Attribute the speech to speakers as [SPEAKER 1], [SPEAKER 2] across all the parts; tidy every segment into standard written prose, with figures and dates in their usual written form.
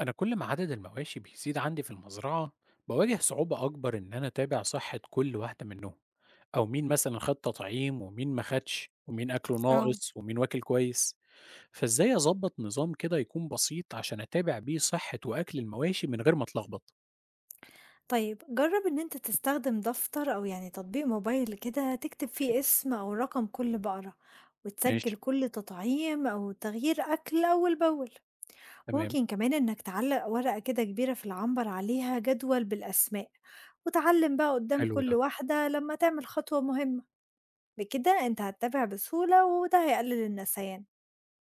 [SPEAKER 1] أنا كل ما عدد المواشي بيزيد عندي في المزرعة، بواجه صعوبة أكبر إن أنا أتابع صحة كل واحدة منهم، أو مين مثلا خد تطعيم ومين ما خدش ومين أكله
[SPEAKER 2] آه.
[SPEAKER 1] ناقص ومين واكل كويس. فإزاي أظبط نظام كده يكون بسيط عشان أتابع بيه صحة وأكل المواشي من غير ما أتلخبط؟
[SPEAKER 2] طيب جرّب إن أنت تستخدم دفتر أو يعني تطبيق موبايل كده تكتب
[SPEAKER 1] أوكي.
[SPEAKER 2] فيه اسم أو رقم كل بقرة، وتسجّل
[SPEAKER 1] ماشي.
[SPEAKER 2] كل تطعيم أو تغيير أكل أول بأول.
[SPEAKER 1] تمام.
[SPEAKER 2] ممكن كمان إنك تعلّق ورقة كده كبيرة في العنبر عليها جدول بالأسماء، وتعلّم بقى قدّام
[SPEAKER 1] حلو
[SPEAKER 2] كل
[SPEAKER 1] ده.
[SPEAKER 2] واحدة لمّا تعمل خطوة مهمة. بكده أنت هتتابع بسهولة وده هيقلل النسيان.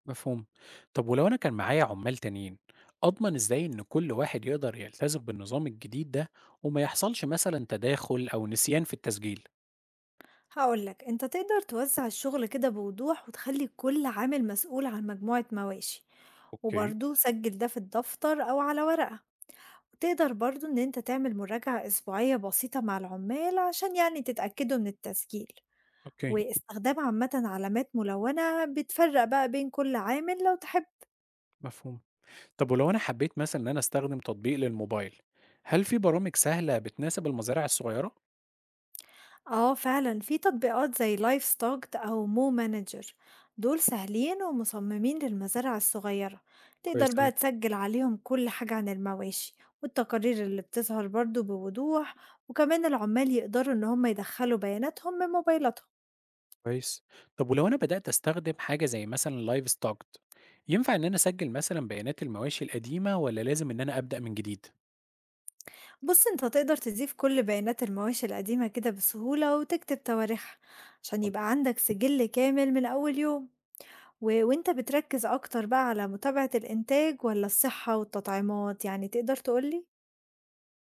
[SPEAKER 1] مفهوم. طب ولو أنا كان معايا عمال تانيين، أضمن إزاي إن كل واحد يقدر يلتزم بالنظام الجديد ده وما يحصلش مثلا تداخل أو نسيان في التسجيل؟
[SPEAKER 2] هقولك انت تقدر توزع الشغل كده بوضوح وتخلي كل عامل مسؤول عن مجموعة مواشي،
[SPEAKER 1] أوكي.
[SPEAKER 2] وبرضه سجل ده في الدفتر أو على ورقة. وتقدر برضه إن أنت تعمل مراجعة أسبوعية بسيطة مع العمال عشان يعني تتأكدوا من التسجيل،
[SPEAKER 1] أوكي
[SPEAKER 2] واستخدام عامة علامات ملونة بتفرق بقى بين كل عامل لو تحب.
[SPEAKER 1] مفهوم. طب ولو أنا حبيت مثلًا إن أنا أستخدم تطبيق للموبايل، هل في برامج سهلة بتناسب المزارع الصغيرة؟
[SPEAKER 2] اه فعلا في تطبيقات زي لايف ستوك او مو مانجر، دول سهلين ومصممين للمزارع الصغيرة. تقدر
[SPEAKER 1] كويس أوي.
[SPEAKER 2] بقى تسجل عليهم كل حاجة عن المواشي، والتقارير اللي بتظهر برضو بوضوح. وكمان العمال يقدروا ان هم يدخلوا بياناتهم من موبايلاتهم.
[SPEAKER 1] كويس. طب ولو أنا بدأت أستخدم حاجة زي مثلًا livestock، ينفع إن أنا أسجل مثلًا بيانات المواشي القديمة والّا لازم إن أنا أبدأ من جديد؟
[SPEAKER 2] بص انت تقدر تضيف كل بيانات المواشي القديمة كده بسهولة وتكتب تواريخها عشان
[SPEAKER 1] اتفضل.
[SPEAKER 2] يبقى عندك سجل كامل من اول يوم. و وأنت بتركّز أكتر بقى على متابعة الإنتاج والّا الصحة والتطعيمات، يعني تقدر تقول لي؟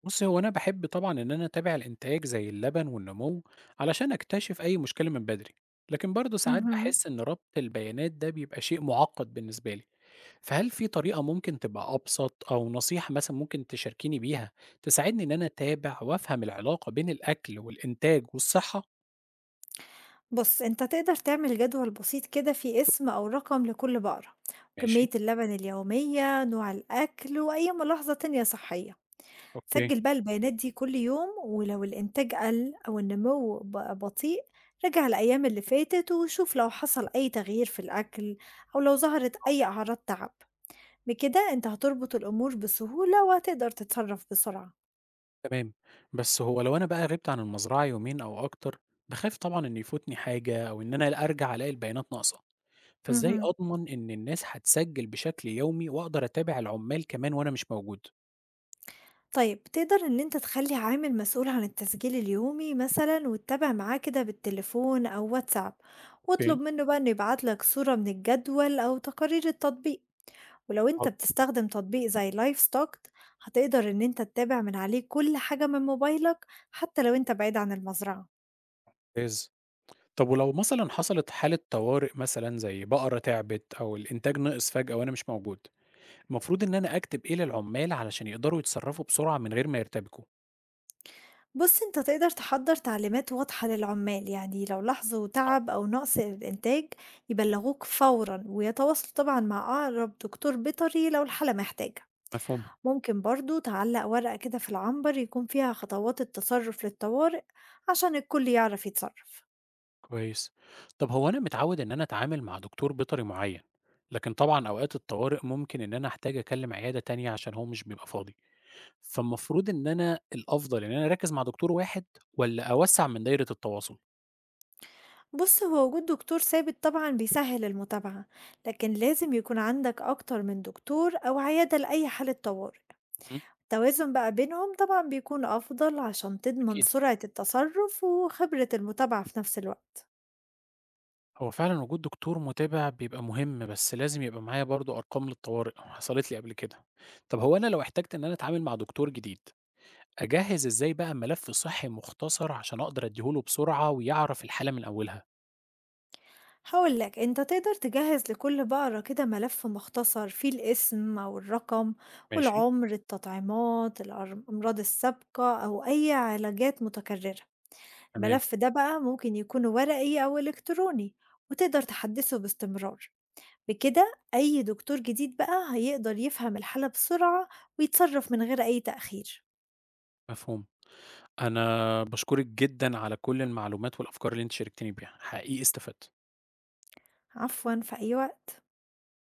[SPEAKER 1] بُص، هو أنا باحب طبعًا إن أنا أتابع الإنتاج زي اللبن والنمو علشان أكتشف أي مشكلة من بدري، لكن برضه ساعات
[SPEAKER 2] اهم.
[SPEAKER 1] باحس إن ربط البيانات ده بيبقى شيء معقد بالنسبة لي. فهل في طريقة ممكن تبقى أبسط، أو نصيحة مثلا ممكن تشاركيني بيها تساعدني إن أنا أتابع وأفهم العلاقة بين الأكل والإنتاج والصحة؟
[SPEAKER 2] بُص، أنت تقدر تعمل جدول بسيط كده فيه اسم أو رقم لكل بقرة،
[SPEAKER 1] ماشي.
[SPEAKER 2] وكمية اللبن اليومية، نوع الأكل، وأي ملاحظة تانية صحية.
[SPEAKER 1] أوكي.
[SPEAKER 2] سجّل بقى البيانات دي كل يوم، ولو الإنتاج قَل أو النمو بقى بطيء، راجع الأيام اللي فاتت وشوف لو حصل أي تغيير في الأكل أو لو ظهرت أي أعراض تعب. بكده أنت هتربط الأمور بسهولة وهتقدر تتصرف بسرعة.
[SPEAKER 1] تمام. بس هو لو أنا بقى غِبت عن المزرعة يومين أو أكتر، باخاف طبعًا إن يفوتني حاجة أو إن أنا أرجع ألاقي البيانات ناقصة، فإزاي
[SPEAKER 2] مهم.
[SPEAKER 1] أضمن إن الناس هتسجل بشكل يومي وأقدر أتابع العمال كمان وأنا مش موجود؟
[SPEAKER 2] طيب تقدر إن أنت تخلي عامل مسؤول عن التسجيل اليومي مثلا وتتابع معاه كده بالتليفون أو واتساب.
[SPEAKER 1] أوكي.
[SPEAKER 2] واطلب منه بقى إنه يبعتلك صورة من الجدول أو تقارير التطبيق. ولو أنت
[SPEAKER 1] حاضر.
[SPEAKER 2] بتستخدم تطبيق زي لايف ستوك، هتقدر إن أنت تتابع من عليه كل حاجة من موبايلك حتى لو أنت بعيد عن المزرعة.
[SPEAKER 1] ممتاز. طب ولو مثلًا حصلت حالة طوارئ مثلًا زي بقرة تعبت أو الإنتاج نقص فجأة وأنا مش موجود، المفروض إن أنا أكتب إيه للعمال علشان يقدروا يتصرفوا بسرعة من غير ما يرتبكوا؟
[SPEAKER 2] بُص، أنت تقدر تحضّر تعليمات واضحة للعمال، يعني لو لاحظوا
[SPEAKER 1] آه.
[SPEAKER 2] تعب أو نقص في الإنتاج يبلغوك فورًا، ويتواصلوا طبعًا مع أقرب دكتور بيطري لو الحالة محتاجة.
[SPEAKER 1] مفهوم.
[SPEAKER 2] ممكن برضه تعلّق ورقة كده في العنبر يكون فيها خطوات التصرف للطوارئ عشان الكل يعرف يتصرف.
[SPEAKER 1] كويس. طب هو أنا متعود إن أنا أتعامل مع دكتور بيطري معين، لكن طبعا أوقات الطوارئ ممكن إن أنا أحتاج أكلم عيادة تانية عشان هو مش بيبقى فاضي. فالمفروض إن أنا الأفضل إن أنا أركز مع دكتور واحد، ولا أوسع من دايرة التواصل؟
[SPEAKER 2] بُص، هو وجود دكتور ثابت طبعًا بيسهّل المتابعة، لكن لازم يكون عندك أكتر من دكتور أو عيادة لأي حالة طوارئ.
[SPEAKER 1] مم.
[SPEAKER 2] التوازن بقى بينهم طبعا بيكون أفضل عشان تضمن
[SPEAKER 1] أكيد.
[SPEAKER 2] سرعة التصرف وخبرة المتابعة في نفس الوقت.
[SPEAKER 1] هو فعلا وجود دكتور متابع بيبقى مهم، بس لازم يبقى معايا برضو أرقام للطوارئ، حصلت لي قبل كده. طب هو أنا لو احتجت إن أنا أتعامل مع دكتور جديد، أجهّز إزاي بقى ملف صحّي مختصر عشان أقدر أدّيه له بسرعة ويعرف الحالة من أولها؟
[SPEAKER 2] هقولك انت تقدر تجهز لكل بقرة كده ملف مختصر فيه الاسم أو الرقم،
[SPEAKER 1] ماشي.
[SPEAKER 2] والعمر، التطعيمات، الأمراض السابقة أو أي علاجات متكررة.
[SPEAKER 1] تمام.
[SPEAKER 2] الملف ده بقى ممكن يكون ورقي أو إلكتروني، وتقدر تحدثه باستمرار. بكده أي دكتور جديد بقى هيقدر يفهم الحالة بسرعة ويتصرف من غير أي تأخير.
[SPEAKER 1] مفهوم. أنا باشكرِك جدًا على كل المعلومات والأفكار اللي أنتِ شاركتيني بيها، حقيقي استفدت.
[SPEAKER 2] عفوا، في أي وقت.